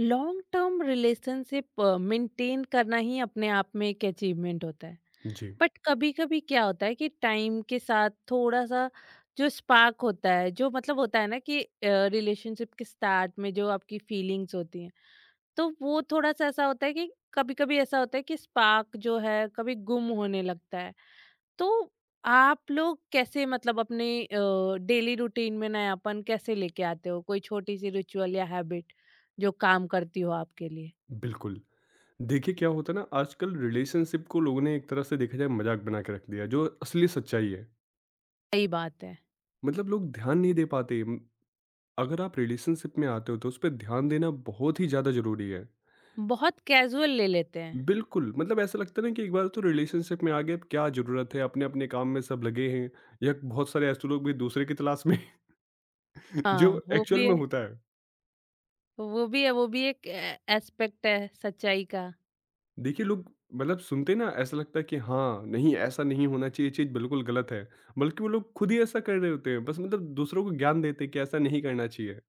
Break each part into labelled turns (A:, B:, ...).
A: Long term relationship maintain करना ही अपने आप में एक अचीवमेंट होता है
B: जी,
A: बट कभी कभी क्या होता है कि टाइम के साथ थोड़ा सा जो स्पार्क होता है जो मतलब होता है ना कि रिलेशनशिप के स्टार्ट में जो आपकी फीलिंग्स होती हैं तो वो थोड़ा सा ऐसा होता है कि कभी कभी ऐसा होता है कि स्पार्क जो है कभी गुम होने लगता है तो आप लोग कैसे मतलब अपने डेली रूटीन में नयापन कैसे लेके आते हो कोई छोटी सी रिचुअल या हैबिट जो काम करती हो आपके लिए।
B: बिल्कुल। देखिए क्या होता है ना, आजकल रिलेशनशिप को लोगों ने एक तरह से देखा जाए मज़ाक बना के रख दिया है, जो असली सच्चाई है।
A: सही बात है।
B: मतलब लोग ध्यान नहीं दे पाते। अगर आप रिलेशनशिप में आते हो तो उस पे ध्यान देना बहुत ही ज़्यादा ज़रूरी है।
A: बहुत कैज़ुअल ले लेते हैं।
B: बिल्कुल, मतलब ऐसा लगता है ना कि एक बार तो रिलेशनशिप में आ गए, अब क्या ज़रूरत है, अपने-अपने काम में सब लगे हैं या बहुत सारे ऐसे लोग भी दूसरे की तलाश में हैं, जो
A: हाँ, वो
B: एक्चुअल
A: भी
B: में
A: है
B: होता है।
A: वो भी है वो भी एक ए एस्पेक्ट है सच्चाई का।
B: देखिए लोग, मतलब सुनते ना, ऐसा लगता है कि हाँ नहीं ऐसा नहीं होना चाहिए, ये चीज़ बिल्कुल गलत है, बल्कि वो लोग खुद ही ऐसा कर रहे होते हैं, बस मतलब दूसरों को ज्ञान देते हैं कि ऐसा नहीं करना चाहिए।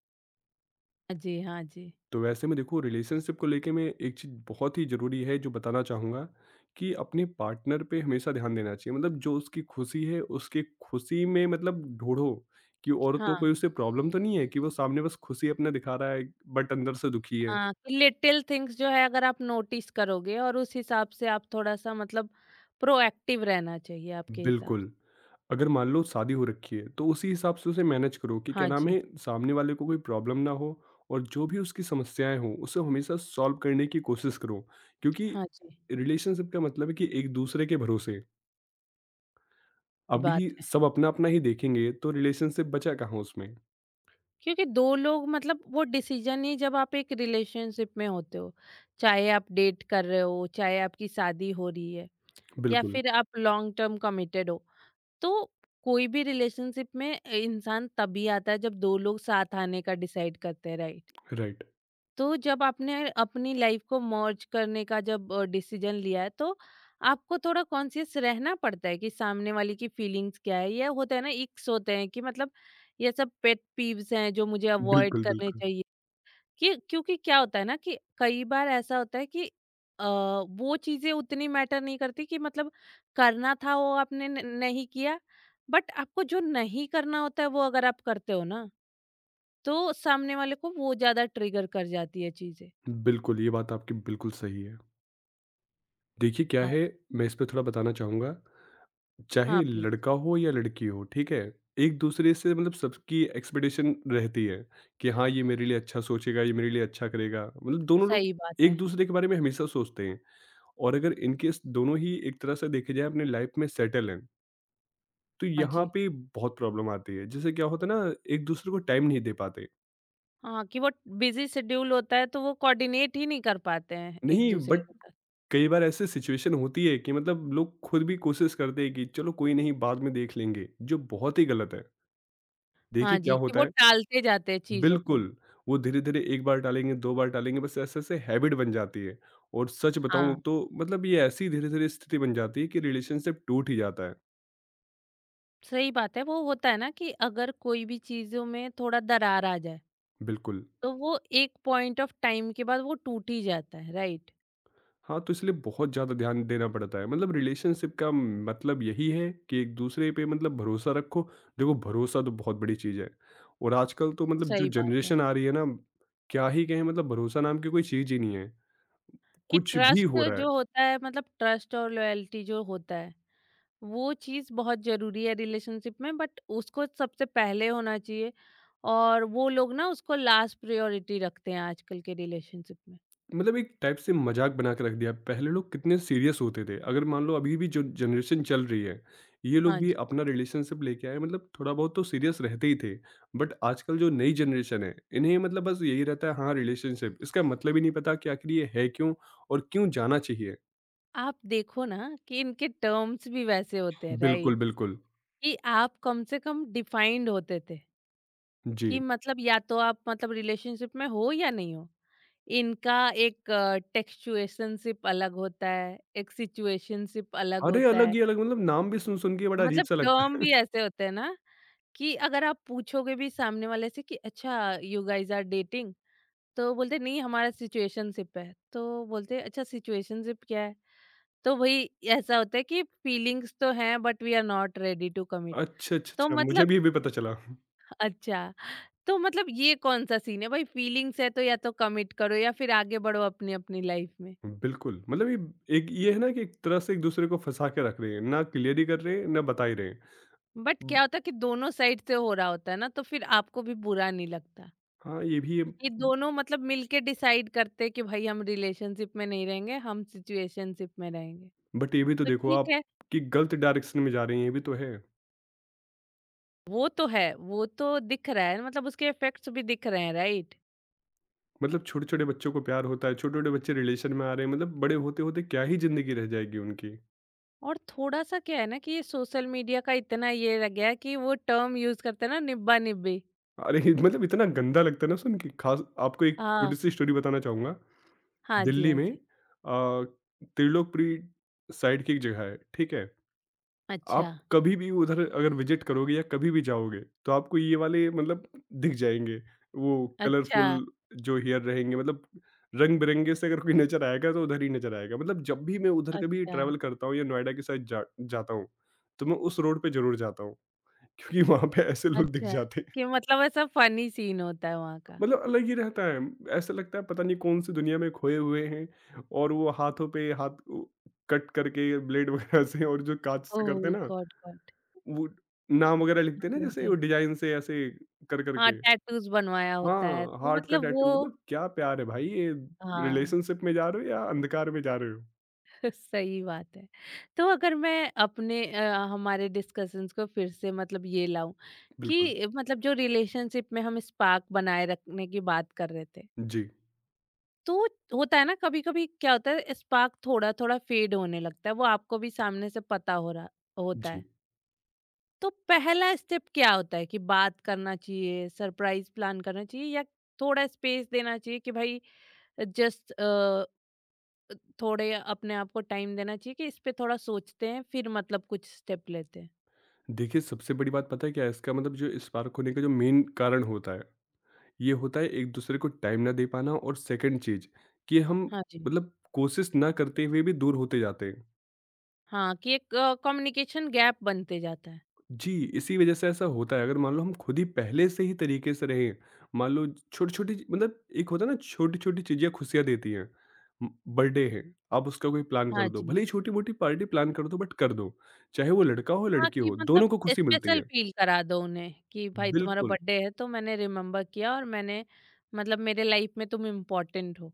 A: जी, हाँ जी।
B: तो वैसे में देखो, रिलेशनशिप को लेके मैं एक चीज़ बहुत ही ज़रूरी है जो बताना चाहूँगा कि अपने पार्टनर पे हमेशा ध्यान देना चाहिए। मतलब जो उसकी खुशी है, उसकी खुशी में मतलब ढूंढो कि और तो
A: हाँ,
B: कोई उसे प्रॉब्लम तो नहीं है, कि वो सामने बस खुशी अपना दिखा रहा है बट अंदर से दुखी है।
A: हाँ, लिटिल थिंग्स जो है अगर आप नोटिस करोगे और उस हिसाब से आप थोड़ा-सा मतलब प्रोएक्टिव रहना चाहिए आपके हिसाब से।
B: बिल्कुल। अगर मान लो शादी हो रखी है, तो उसी हिसाब से उसे मैनेज करो कि क्या
A: हाँ
B: नाम
A: जी,
B: है, सामने वाले को कोई प्रॉब्लम ना हो और जो भी उसकी समस्याएँ हों, उसे हमेशा सॉल्व करने की कोशिश करो। क्योंकि
A: हाँ जी,
B: रिलेशनशिप का मतलब है कि एक-दूसरे के भरोसे। अभी
A: बात है।
B: सब अपना-अपना ही देखेंगे, तो रिलेशनशिप बचा कहाँ उसमें?
A: क्योंकि 2 लोग मतलब वो डिसीज़न ही जब आप एक रिलेशनशिप में होते हो, चाहे आप डेट कर रहे हो, चाहे आपकी शादी हो रही है या
B: बिल्कुल,
A: फिर आप लॉन्ग टर्म कमिटेड हो। तो कोई भी रिलेशनशिप में इंसान तभी आता है जब दो लोग साथ आने का डिसाइड करते हैं राइट।
B: राइट।
A: तो जब आपने अपनी लाइफ को मर्ज करने का जब डिसीजन लिया है तो आपको थोड़ा कॉन्शियस रहना पड़ता है कि सामने वाले की फीलिंग्स क्या है ये होता है ना इक्स होते हैं कि मतलब ये सब पेट पीव्स हैं जो मुझे अवॉइड
B: बिल्कुल,
A: करने
B: बिल्कुल।
A: चाहिए। कि क्योंकि क्या होता है ना कि कई बार ऐसा होता है कि अ, वो चीज़ें उतनी मैटर नहीं करती कि मतलब करना था वो आपने नहीं किया बट आपको जो नहीं करना होता है वो अगर आप करते हो ना तो सामने वाले को वो ज़्यादा ट्रिगर कर जाती है चीज़ें।
B: बिल्कुल, ये बात आपकी बिल्कुल सही है। देखिए क्या
A: हाँ।
B: है, मैं इस पे थोड़ा बताना चाहूँगा,
A: हाँ
B: चाहे
A: प्लीज।
B: लड़का हो या लड़की हो, ठीक है? एक-दूसरे से मतलब सबकी एक्सपेक्टेशन रहती है कि हाँ, ये मेरे लिए अच्छा सोचेगा, ये मेरे लिए अच्छा करेगा। मतलब दोनों लोग
A: सही बात है।
B: एक-दूसरे के बारे में हमेशा सोचते हैं और अगर इन केस दोनों ही एक तरह से देखा जाए अपनी लाइफ़ में सेटल हैं, तो
A: हाँ
B: यहाँ
A: जी।
B: पे बहुत प्रॉब्लम आती है। जैसे क्या होता है ना, एक-दूसरे को टाइम नहीं दे पाते।
A: हाँ कि वो बिजी शेड्यूल होता है तो वो कोऑर्डिनेट ही नहीं कर पाते हैं एक
B: नहीं
A: दूसरे
B: बट
A: के साथ।
B: कई बार ऐसे सिचुएशन होती है कि मतलब लोग खुद भी कोशिश करते हैं कि चलो कोई नहीं बाद में देख लेंगे, जो बहुत ही गलत है।
A: हाँ
B: देखिए क्या
A: जी कि
B: होता
A: वो
B: है,
A: टालते जाते हैं चीज़ों को।
B: बिल्कुल, वो धीरे-धीरे 1 बार टालेंगे, 2 बार टालेंगे, बस ऐसे-ऐसे हैबिट बन जाती है। और सच बताऊँ
A: हाँ
B: तो मतलब ये ऐसी धीरे-धीरे स्थिति बन जाती है कि रिलेशनशिप टूट ही जाता है।
A: सही बात है। वो होता है ना कि अगर कोई भी चीज़ों में थोड़ा दरार आ जाए,
B: बिल्कुल।
A: तो वो एक पॉइंट ऑफ टाइम के बाद वो टूट ही जाता है, राइट?
B: हाँ, तो इसलिए बहुत ज़्यादा ध्यान देना पड़ता है। मतलब रिलेशनशिप का मतलब यही है कि एक-दूसरे पे मतलब भरोसा रखो। देखो भरोसा तो बहुत बड़ी चीज़ है और आजकल तो मतलब जो
A: सही बात है।
B: जनरेशन आ रही है ना, क्या ही कहें, मतलब भरोसा नाम की कोई चीज़ ही नहीं है।
A: कि
B: कुछ भी
A: ट्रस्ट
B: हो रहा है।
A: जो होता है मतलब ट्रस्ट और लॉयल्टी जो होता है, वो चीज़ बहुत ज़रूरी है रिलेशनशिप में बट उसको सबसे पहले होना चाहिए और वो लोग ना उसको लास्ट प्रायोरिटी रखते हैं आजकल के रिलेशनशिप में।
B: मतलब एक टाइप से मजाक बना के रख दिया। पहले लोग कितने सीरियस होते थे। अगर मान लो अभी भी जो जनरेशन चल रही है, ये लोग
A: हाँ
B: भी
A: जी।
B: अपना रिलेशनशिप लेके आए, मतलब थोड़ा बहुत तो सीरियस रहते ही थे। बट आजकल जो नई जनरेशन है, इन्हें मतलब बस यही रहता है, हाँ रिलेशनशिप, इसका मतलब ही नहीं पता कि आखिर ये है क्यों और क्यों जाना चाहिए।
A: आप देखो ना कि इनके टर्म्स भी वैसे होते हैं,
B: बिल्कुल,
A: राइट?
B: बिल्कुल।
A: कि आप कम से कम डिफाइंड होते थे।
B: जी।
A: कि मतलब या तो आप मतलब रिलेशनशिप में हो या नहीं हो इनका एक टेक्सचुएशनशिप अलग होता है एक सिचुएशनशिप अलग
B: अरे,
A: होता
B: अलग
A: है।
B: ही अलग, मतलब नाम भी सुन सुन के बड़ा अजीब
A: मतलब
B: सा लगता
A: टर्म
B: है।
A: भी ऐसे होते हैं ना कि अगर आप पूछोगे भी सामने वाले से कि अच्छा यू गाइज आर डेटिंग तो बोलते नहीं हमारा सिचुएशनशिप है तो बोलते अच्छा सिचुएशनशिप क्या है तो वही ऐसा होता है कि फीलिंग्स तो हैं but we are not ready to commit.
B: अच्छा, अच्छा,
A: तो
B: अच्छा, मुझे
A: मतलब
B: भी अभी पता चला।
A: अच्छा तो मतलब ये कौन-सा सीन है भाई फीलिंग्स है तो या तो कमिट करो या फिर आगे बढ़ो अपनी-अपनी लाइफ में।
B: बिल्कुल, मतलब ये एक ये है ना कि एक तरह से एक-दूसरे को फँसा के रख रहे हैं, ना क्लियर ही कर रहे हैं, ना बता ही रहे हैं।
A: But
B: hmm.
A: क्या होता है कि दोनों साइड से हो रहा होता है ना तो फिर आपको भी बुरा नहीं लगता।
B: हाँ, ये भी है।
A: ये दोनों मतलब मिलके डिसाइड करते हैं कि भाई हम रिलेशनशिप में नहीं रहेंगे, हम सिचुएशनशिप में रहेंगे।
B: बट ये भी तो
A: तो
B: देखो
A: ठीक
B: आप कि गलत डायरेक्शन में जा रहे हैं, ये भी तो है।
A: है, वो तो दिख रहा है मतलब उसके इफेक्ट्स भी दिख रहे हैं राइट?
B: मतलब छोटे-छोटे बच्चों को प्यार होता है, छोटे-छोटे बच्चे रिलेशन में आ रहे हैं, मतलब बड़े होते-होते क्या ही ज़िंदगी रह जाएगी उनकी।
A: और थोड़ा-सा क्या है ना कि ये सोशल मीडिया का इतना ये लग गया है कि वो टर्म यूज़ करते हैं ना निब्बा-निब्बी।
B: अरे! ये मतलब इतना गंदा लगता है ना सुन के, खास आपको एक
A: हाँ,
B: छोटी-सी स्टोरी बताना चाहूँगा।
A: हाँ जी,
B: दिल्ली
A: हाँ
B: में
A: जी।
B: अ, त्रिलोकपुरी साइड की एक जगह है, ठीक है?
A: अच्छा,
B: आप कभी भी उधर अगर विज़िट करोगे या कभी भी जाओगे, तो आपको ये वाले मतलब दिख जाएँगे। वो
A: अच्छा।
B: कलरफुल जो हेयर रहेंगे, मतलब रंग-बिरंगे से अगर कोई नज़र आएगा तो उधर ही नज़र आएगा। मतलब जब भी मैं उधर कभी
A: अच्छा,
B: ट्रैवल करता हूँ या नोएडा की साइड जा जाता हूँ, तो मैं उस रोड पे ज़रूर जाता हूँ। क्योंकि वहाँ पे ऐसे लोग दिख
A: अच्छा।
B: जाते हैं।
A: कि मतलब ऐसा फनी सीन होता है वहाँ का।
B: मतलब अलग ही रहता है। ऐसा लगता है पता नहीं कौन-सी दुनिया में खोए हुए हैं और वो हाथों पे हाथ उ कट करके, ब्लेड वगैरह से और जो काँच से करते हैं
A: ओह!
B: ना,
A: गॉट गॉट।
B: वो नाम वगैरह
A: हाँ
B: लिखते हैं ना,
A: जी, हाँ
B: जैसे
A: जी।
B: वो डिज़ाइन से ऐसे कर
A: हाँ,
B: करके।
A: टैटूज़ बनवाया होता है,
B: हाँ,
A: तो
B: हार्ट का
A: मतलब वो
B: टैटू, मतलब क्या प्यार है भाई ये?
A: हाँ,
B: रिलेशनशिप में जा रहे हो या अंधकार में जा रहे हो?
A: सही बात है। तो अगर मैं हमारे डिस्कशंस को फिर से मतलब ये लाऊँ
B: बिल्कुल।
A: कि मतलब जो रिलेशनशिप में हम स्पार्क बनाए रखने की बात कर रहे थे,
B: जी,
A: तो होता है ना कभी-कभी क्या होता है स्पार्क थोड़ा-थोड़ा फेड होने लगता है, वो आपको भी सामने से पता हो रहा होता
B: जी।
A: है। तो पहला स्टेप क्या होता है कि बात करना चाहिए, सरप्राइज़ प्लान करना चाहिए या थोड़ा स्पेस देना चाहिए कि भाई जस्ट थोड़े अपने आप को टाइम देना चाहिए कि इस पे थोड़ा सोचते हैं फिर मतलब कुछ स्टेप लेते हैं?
B: देखिए सबसे बड़ी बात पता है क्या है, इसका मतलब जो स्पार्क होने का जो मेन कारण होता है, ये होता है एक-दूसरे को टाइम ना दे पाना, और सेकंड चीज़ कि हम
A: हाँ जी।
B: मतलब कोशिश ना करते हुए भी दूर होते जाते हैं।
A: हाँ, कि एक कम्युनिकेशन गैप बनते जाता है।
B: जी, इसी वज़ह से ऐसा होता है। अगर मान लो हम खुद ही पहले से ही तरीके से रहें, मान लो छोटी-छोटी ची मतलब एक होता है ना, छोटी-छोटी चीज़ें खुशियाँ देती हैं। उम, बर्थडे है, आप उसका कोई प्लान
A: हाँ
B: कर दो,
A: जी।
B: भले ही छोटी-मोटी पार्टी प्लान कर दो, बट कर दो। चाहे वो लड़का हो,
A: हाँ,
B: लड़की
A: कि
B: हो,
A: मतलब
B: दोनों को खुशी मिलती
A: स्पेशल
B: है।
A: फ़ील करा दो उन्हें कि भाई तुम्हारा
B: बिल्कुल।
A: बर्थडे है तो मैंने रिमेम्बर किया और मैंने मतलब मेरे लाइफ़ में तुम इम्पोर्टेंट हो।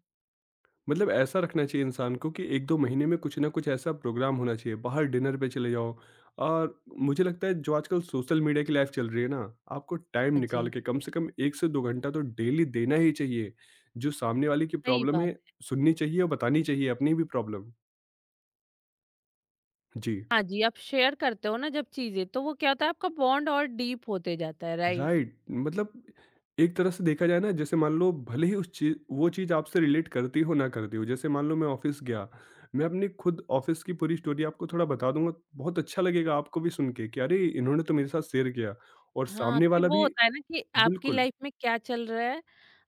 B: मतलब ऐसा रखना चाहिए इंसान को कि 1-2 महीने में कुछ ना कुछ ऐसा प्रोग्राम होना चाहिए, बाहर डिनर पे चले जाओ, और मुझे लगता है जो आजकल सोशल मीडिया की लाइफ चल रही है ना, आपको टाइम
A: हाँ
B: निकाल
A: जी,
B: के कम से कम 1 से 2 घंटा तो डेली देना ही चाहिए। जो सामने वाले की
A: सही
B: प्रॉब्लम
A: बात।
B: है, सुननी चाहिए और बतानी चाहिए अपनी भी प्रॉब्लम। जी।
A: हाँ जी, आप शेयर करते हो ना जब चीज़ें तो वो क्या होता है आपका बॉन्ड और डीप होते जाता है, राइट?
B: राइट, मतलब एक तरह से देखा जाए ना, जैसे मान लो भले ही उस चीज वो चीज आपसे रिलेट करती हो ना करती हो, जैसे मान लो मैं ऑफिस गया, मैं अपनी खुद ऑफिस की पूरी स्टोरी आपको थोड़ा बता दूंगा, बहुत अच्छा लगेगा आपको भी सुन के कि अरे इन्होंने तो मेरे साथ शेयर किया, और
A: हाँ,
B: सामने
A: कि
B: वाला
A: वो
B: भी।
A: होता है ना कि आपकी
B: बिल्कुल।
A: लाइफ में क्या चल रहा है,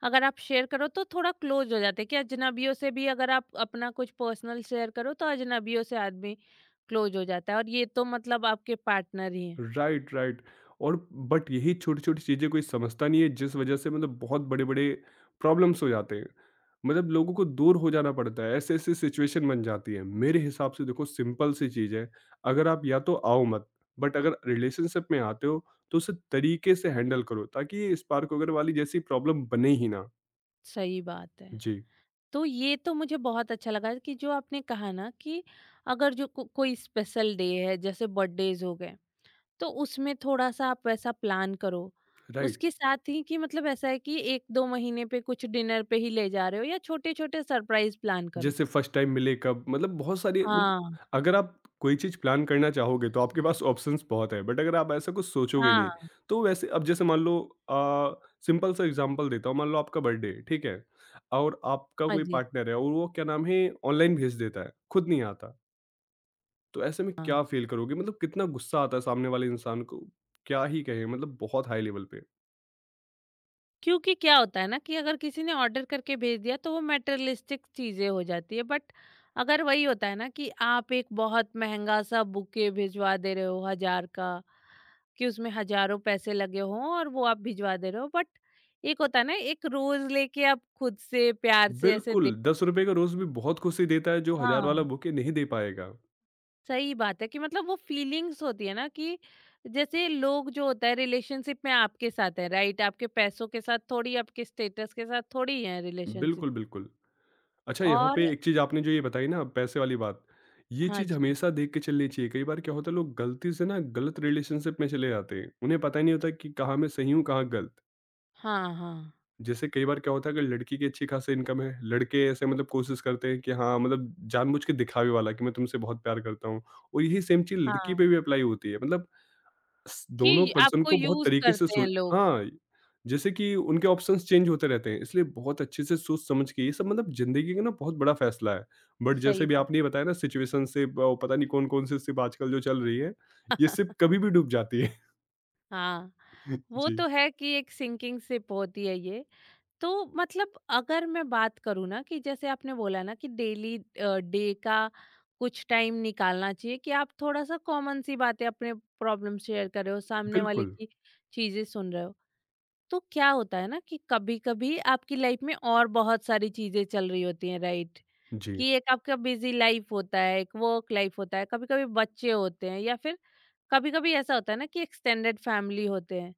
A: अगर आप शेयर करो तो थोड़ा क्लोज़ हो जाते हैं कि अजनबियों से भी अगर आप अपना कुछ पर्सनल शेयर करो तो अजनबियों से आदमी क्लोज़ हो जाता है और ये तो मतलब आपके पार्टनर ही हैं,
B: राइट, राइट। और बट यही छोटी छोटी चीज़ें कोई समझता नहीं है, जिस वजह से मतलब बहुत बड़े बड़े प्रॉब्लम्स हो जाते हैं। मतलब लोगों को दूर हो जाना पड़ता है, ऐसे ऐसे सिचुएशन बन जाती है। मेरे हिसाब से देखो सिंपल सी चीज़ है। अगर आप या तो आओ मत, बट अगर रिलेशनशिप में आते हो तो उसे तरीके से हैंडल करो, ताकि ये स्पार्क वगैरह वाली जैसी प्रॉब्लम बने ही ना।
A: सही बात है।
B: जी,
A: तो ये तो मुझे बहुत अच्छा लगा कि जो आपने कहा ना कि अगर जो को कोई स्पेशल डे है जैसे बर्थडेज़ हो गए तो उसमें थोड़ा-सा आप वैसा प्लान करो।
B: राइट।
A: उसके साथ ही कि मतलब ऐसा है कि 1-2 महीने पे कुछ डिनर पे ही ले जा रहे हो या छोटे-छोटे सरप्राइज़ प्लान करो।
B: जैसे फर्स्ट टाइम मिले कब? मतलब बहुत सारी मत
A: हाँ,
B: अगर आप कोई चीज़ प्लान करना चाहोगे तो आपके पास ऑप्शंस बहुत है, बट अगर आप ऐसा कुछ सोचोगे
A: हाँ,
B: नहीं, तो वैसे अब जैसे मान लो अ, सिंपल सा एग्ज़ाम्पल देता हूँ, मान लो आपका बर्थडे है, ठीक है? और आपका
A: हाँ
B: कोई
A: जी,
B: पार्टनर है और वो क्या नाम है, ऑनलाइन भेज देता है, खुद नहीं आता। तो ऐसे में
A: हाँ।
B: क्या फ़ील करोगे? मतलब कितना गुस्सा आता है सामने वाले इंसान को, क्या ही कहें मतलब बहुत हाई लेवल पे।
A: क्योंकि क्या होता है ना कि अगर किसी ने ऑर्डर करके भेज दिया तो वो मटेरियलिस्टिक चीजें हो जाती है बट अगर वही होता है ना कि आप एक बहुत महंगा सा बुके भिजवा दे रहे हो हजार का कि उसमें हजारों पैसे लगे हों और वो आप भिजवा दे रहे हो बट एक होता है ना एक रोज लेके आप खुद से प्यार से ऐसे दे।
B: बिल्कुल, ₹10 का रोज़ भी बहुत खुशी देता है जो 1000 वाला
A: हाँ
B: बुके नहीं दे पाएगा।
A: सही बात है कि मतलब वो फीलिंग्स होती है ना कि जैसे लोग जो होता है रिलेशनशिप में आपके साथ है राइट आपके पैसों के साथ थोड़ी आपके स्टेटस के साथ थोड़ी है रिलेशनशिप।
B: बिल्कुल, बिल्कुल। अच्छा, यहाँ
A: और
B: पे एक चीज़ आपने जो ये बताई ना, पैसे वाली बात, ये
A: हाँ
B: चीज़
A: जी।
B: हमेशा देख के चलनी चाहिए। कई बार क्या होता है, लोग गलती से ना गलत रिलेशनशिप में चले जाते हैं। उन्हें पता ही नहीं होता कि कहाँ मैं सही हूँ, कहाँ गलत।
A: हाँ, हाँ,
B: जैसे कई बार क्या होता है, अगर लड़की की अच्छी खासी इनकम है, लड़के ऐसे मतलब कोशिश करते हैं कि हाँ, मतलब जानबूझ के दिखावे वाला कि मैं तुमसे बहुत प्यार करता हूँ। और यही सेम चीज़ लड़की
A: हाँ,
B: पे भी अप्लाई होती है। मतलब स दोनों
A: कि
B: पर्सन
A: आपको
B: को बहुत
A: यूज़
B: तरीके से
A: करते हैं लोग,
B: हाँ, जैसे कि उनके ऑप्शंस चेंज होते रहते हैं, इसलिए बहुत अच्छे से सोच-समझ के ये सब मतलब ज़िंदगी का ना बहुत बड़ा फ़ैसला है। बट
A: सही
B: जैसे भी
A: बात।
B: आपने ये बताया ना सिचुएशनशिप, पता नहीं कौन-कौन सी शिप आजकल जो चल रही है, ये शिप कभी भी डूब जाती है।
A: हाँ, वो
B: जी,
A: तो है कि एक सिंकिंग शिप होती है ये। तो मतलब अगर मैं बात करूँ ना कि जैसे आपने बोला ना कि डेली डे का कुछ टाइम निकालना चाहिए कि आप थोड़ा-सा कॉमन सी बातें अपने प्रॉब्लम शेयर कर रहे हो, सामने वाले
B: बिल्कुल।
A: की चीज़ें सुन रहे हो। तो क्या होता है ना कि कभी-कभी आपकी लाइफ में और बहुत सारी चीज़ें चल रही होती हैं, राइट?
B: जी,
A: कि एक आपका बिजी लाइफ होता है, एक वर्क लाइफ होता है, कभी-कभी बच्चे होते हैं या फिर कभी-कभी ऐसा होता है ना कि एक्सटेंडेड फैमिली होते हैं।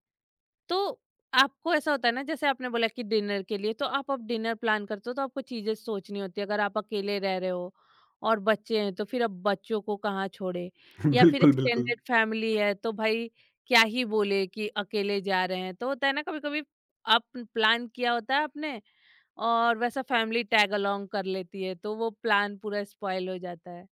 A: तो आपको ऐसा होता है ना जैसे आपने बोला कि डिनर के लिए तो आप अब डिनर प्लान करते हो तो आपको चीज़ें सोचनी होती है। अगर आप अकेले रह रहे हो और बच्चे हैं तो फिर अब बच्चों को कहाँ छोड़े या फिर
B: बिल्कुल, बिल्कुल।
A: एक्सटेंडेड फैमिली है तो भाई क्या ही बोले कि अकेले जा रहे हैं। तो होता है ना कभी-कभी आप प्लान किया होता है आपने और वैसा फैमिली टैग अलोंग कर लेती है तो वो प्लान पूरा स्पॉइल हो जाता है।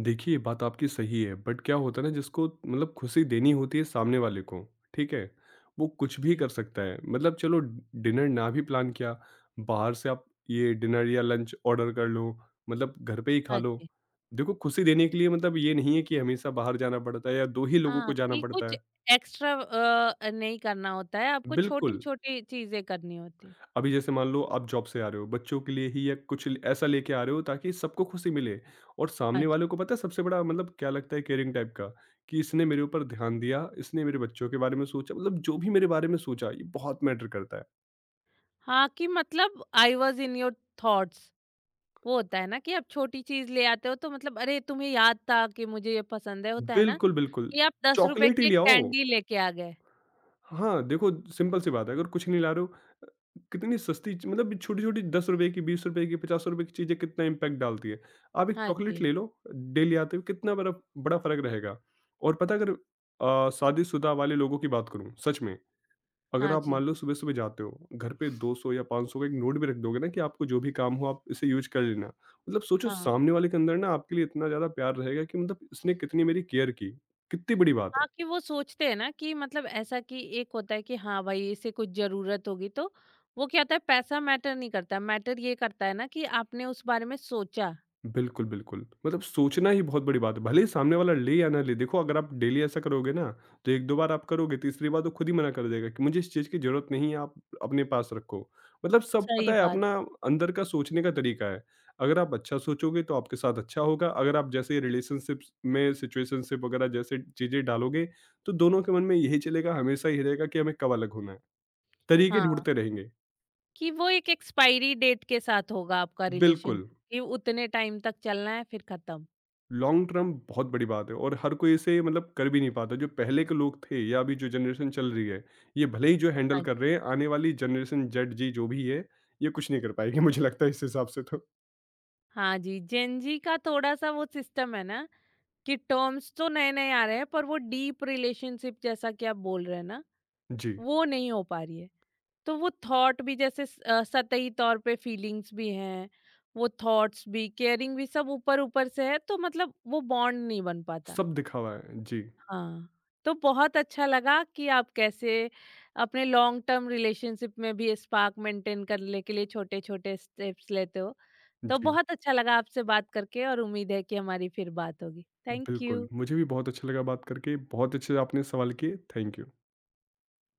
B: देखिए, ये बात आपकी सही है, बट क्या होता है ना जिसको मतलब खुशी देनी होती है सामने वाले को, ठीक है? वो कुछ भी
A: जी।
B: कर सकता है। मतलब चलो डिनर ना भी प्लान किया, बाहर से आप ये डिनर या लंच ऑर्डर कर लो, मतलब घर पे ही खा
A: हाँ
B: लो।
A: जी।
B: देखो खुशी देने के लिए मतलब ये नहीं है कि हमेशा बाहर जाना पड़ता है या 2 ही लोगों को
A: हाँ,
B: जाना
A: कि
B: पड़ता
A: कुछ
B: है।
A: एक्स्ट्रा नहीं करना होता है, आपको
B: बिल्कुल।
A: छोटी-छोटी चीज़ें करनी होती है।
B: अभी जैसे मान लो आप जॉब से आ रहे हो, बच्चों के लिए ही या कुछ ल ऐसा लेके आ रहे हो ताकि सबको खुशी मिले, और
A: हाँ
B: सामने वालों
A: जी।
B: को पता है सबसे बड़ा मतलब क्या लगता है केयरिंग टाइप का, कि इसने मेरे ऊपर ध्यान दिया, इसने मेरे बच्चों के बारे में सोचा, मतलब जो भी मेरे बारे में सोचा ये बहुत मैटर करता है।
A: हाँ, कि मतलब I was in your thoughts वो होता है ना कि आप छोटी चीज़ ले आते हो तो मतलब अरे! तुम्हें याद था कि मुझे ये पसंद है, होता है ना
B: बिल्कुल, बिल्कुल।
A: कि आप ₹10
B: चॉकलेट ही
A: की एक
B: ले आओ।
A: कैंडी लेके आ गए।
B: हाँ, देखो सिंपल सी बात है, अगर कुछ नहीं ला रहे हो, अ, कितनी सस्ती च मतलब छोटी-छोटी ₹10 की, ₹20 की, ₹50 की चीज़ें कितना इम्पैक्ट डालती है। आप एक
A: हाँ
B: चॉकलेट
A: जी,
B: ले लो, डेली आते हुए कितना बड़ा बड़ा फ़र्क रहेगा। और पता है, अगर शादीशुदा वाले लोगों की बात करूँ, सच में, अगर
A: हाँ
B: आप
A: जी,
B: मान लो सुबह-सुबह जाते हो, घर पे 200 या 500 का एक नोट भी रख दोगे ना कि आपको जो भी काम हो आप इसे यूज़ कर लेना। मतलब सोचो
A: हाँ।
B: सामने वाले के अंदर ना आपके लिए इतना ज़्यादा प्यार रहेगा कि मतलब इसने कितनी मेरी केयर की, कितनी बड़ी बात है।
A: हाँ, कि वो सोचते हैं ना कि मतलब ऐसा कि एक होता है कि हाँ भाई इसे कुछ जरूरत होगी तो वो क्या होता है पैसा मैटर नहीं करता मैटर ये करता है ना कि आपने उस बारे में सोचा।
B: बिल्कुल, बिल्कुल। मतलब सोचना ही बहुत बड़ी बात है, भले ही सामने वाला ले या ना ले, देखो अगर आप डेली ऐसा करोगे ना, तो 1-2 बार आप करोगे, तीसरी बार तो खुद ही मना कर देगा कि मुझे इस चीज़ की ज़रूरत नहीं है, आप अपने पास रखो। मतलब सब पता
A: सही
B: है
A: बात।
B: अपना अंदर का सोचने का तरीका है। अगर आप अच्छा सोचोगे तो आपके साथ अच्छा होगा, अगर आप जैसे रिलेशनशिप्स में सिचुएशनशिप वगैरह जैसे चीज़ें डालोगे, तो दोनों के मन में यही चलेगा, हमेशा ये रहेगा कि हमें कब अलग होना है। तरीके
A: हाँ
B: ढूँढते रहेंगे।
A: कि वो एक एक्सपायरी डेट के साथ होगा आपका
B: बिल्कुल।
A: रिलेशनशिप कि उतने टाइम तक चलना है फिर खत्म।
B: लॉन्ग टर्म बहुत बड़ी बात है, और हर कोई इसे मतलब कर भी नहीं पाता, जो पहले के लोग थे या अभी जो जनरेशन चल रही है, ये भले ही जो हैंडल
A: हाँ
B: कर
A: जी।
B: रहे हैं, आने वाली जनरेशन जेड जी जो भी है, ये कुछ नहीं कर पाएगी। मुझे लगता है इस हिसाब से तो।
A: हाँ जी जेनजी का थोड़ा सा वो सिस्टम है ना कि टर्म्स तो नए नए आ रहे हैं पर वो डीप रिलेशनशिप जैसा कि आप बोल रहे हैं ना
B: जी।
A: वो नहीं हो पा रही है तो वो थॉट भी जैसे सतही तौर पे फीलिंग्स भी हैं वो थॉट्स भी केयरिंग भी सब ऊपर ऊपर से है तो मतलब वो बॉन्ड नहीं बन पाता।
B: सब दिखावा है जी।
A: हाँ। तो बहुत अच्छा लगा कि आप कैसे अपने लॉन्ग टर्म रिलेशनशिप में भी स्पार्क मेंटेन करने के लिए छोटे छोटे स्टेप्स लेते हो। तो
B: जी,
A: बहुत अच्छा लगा आपसे बात करके और उम्मीद है कि हमारी फिर बात होगी। थैंक
B: बिल्कुल,
A: यू।
B: मुझे भी बहुत अच्छा लगा बात करके, बहुत अच्छे से आपने सवाल किए। Thank you.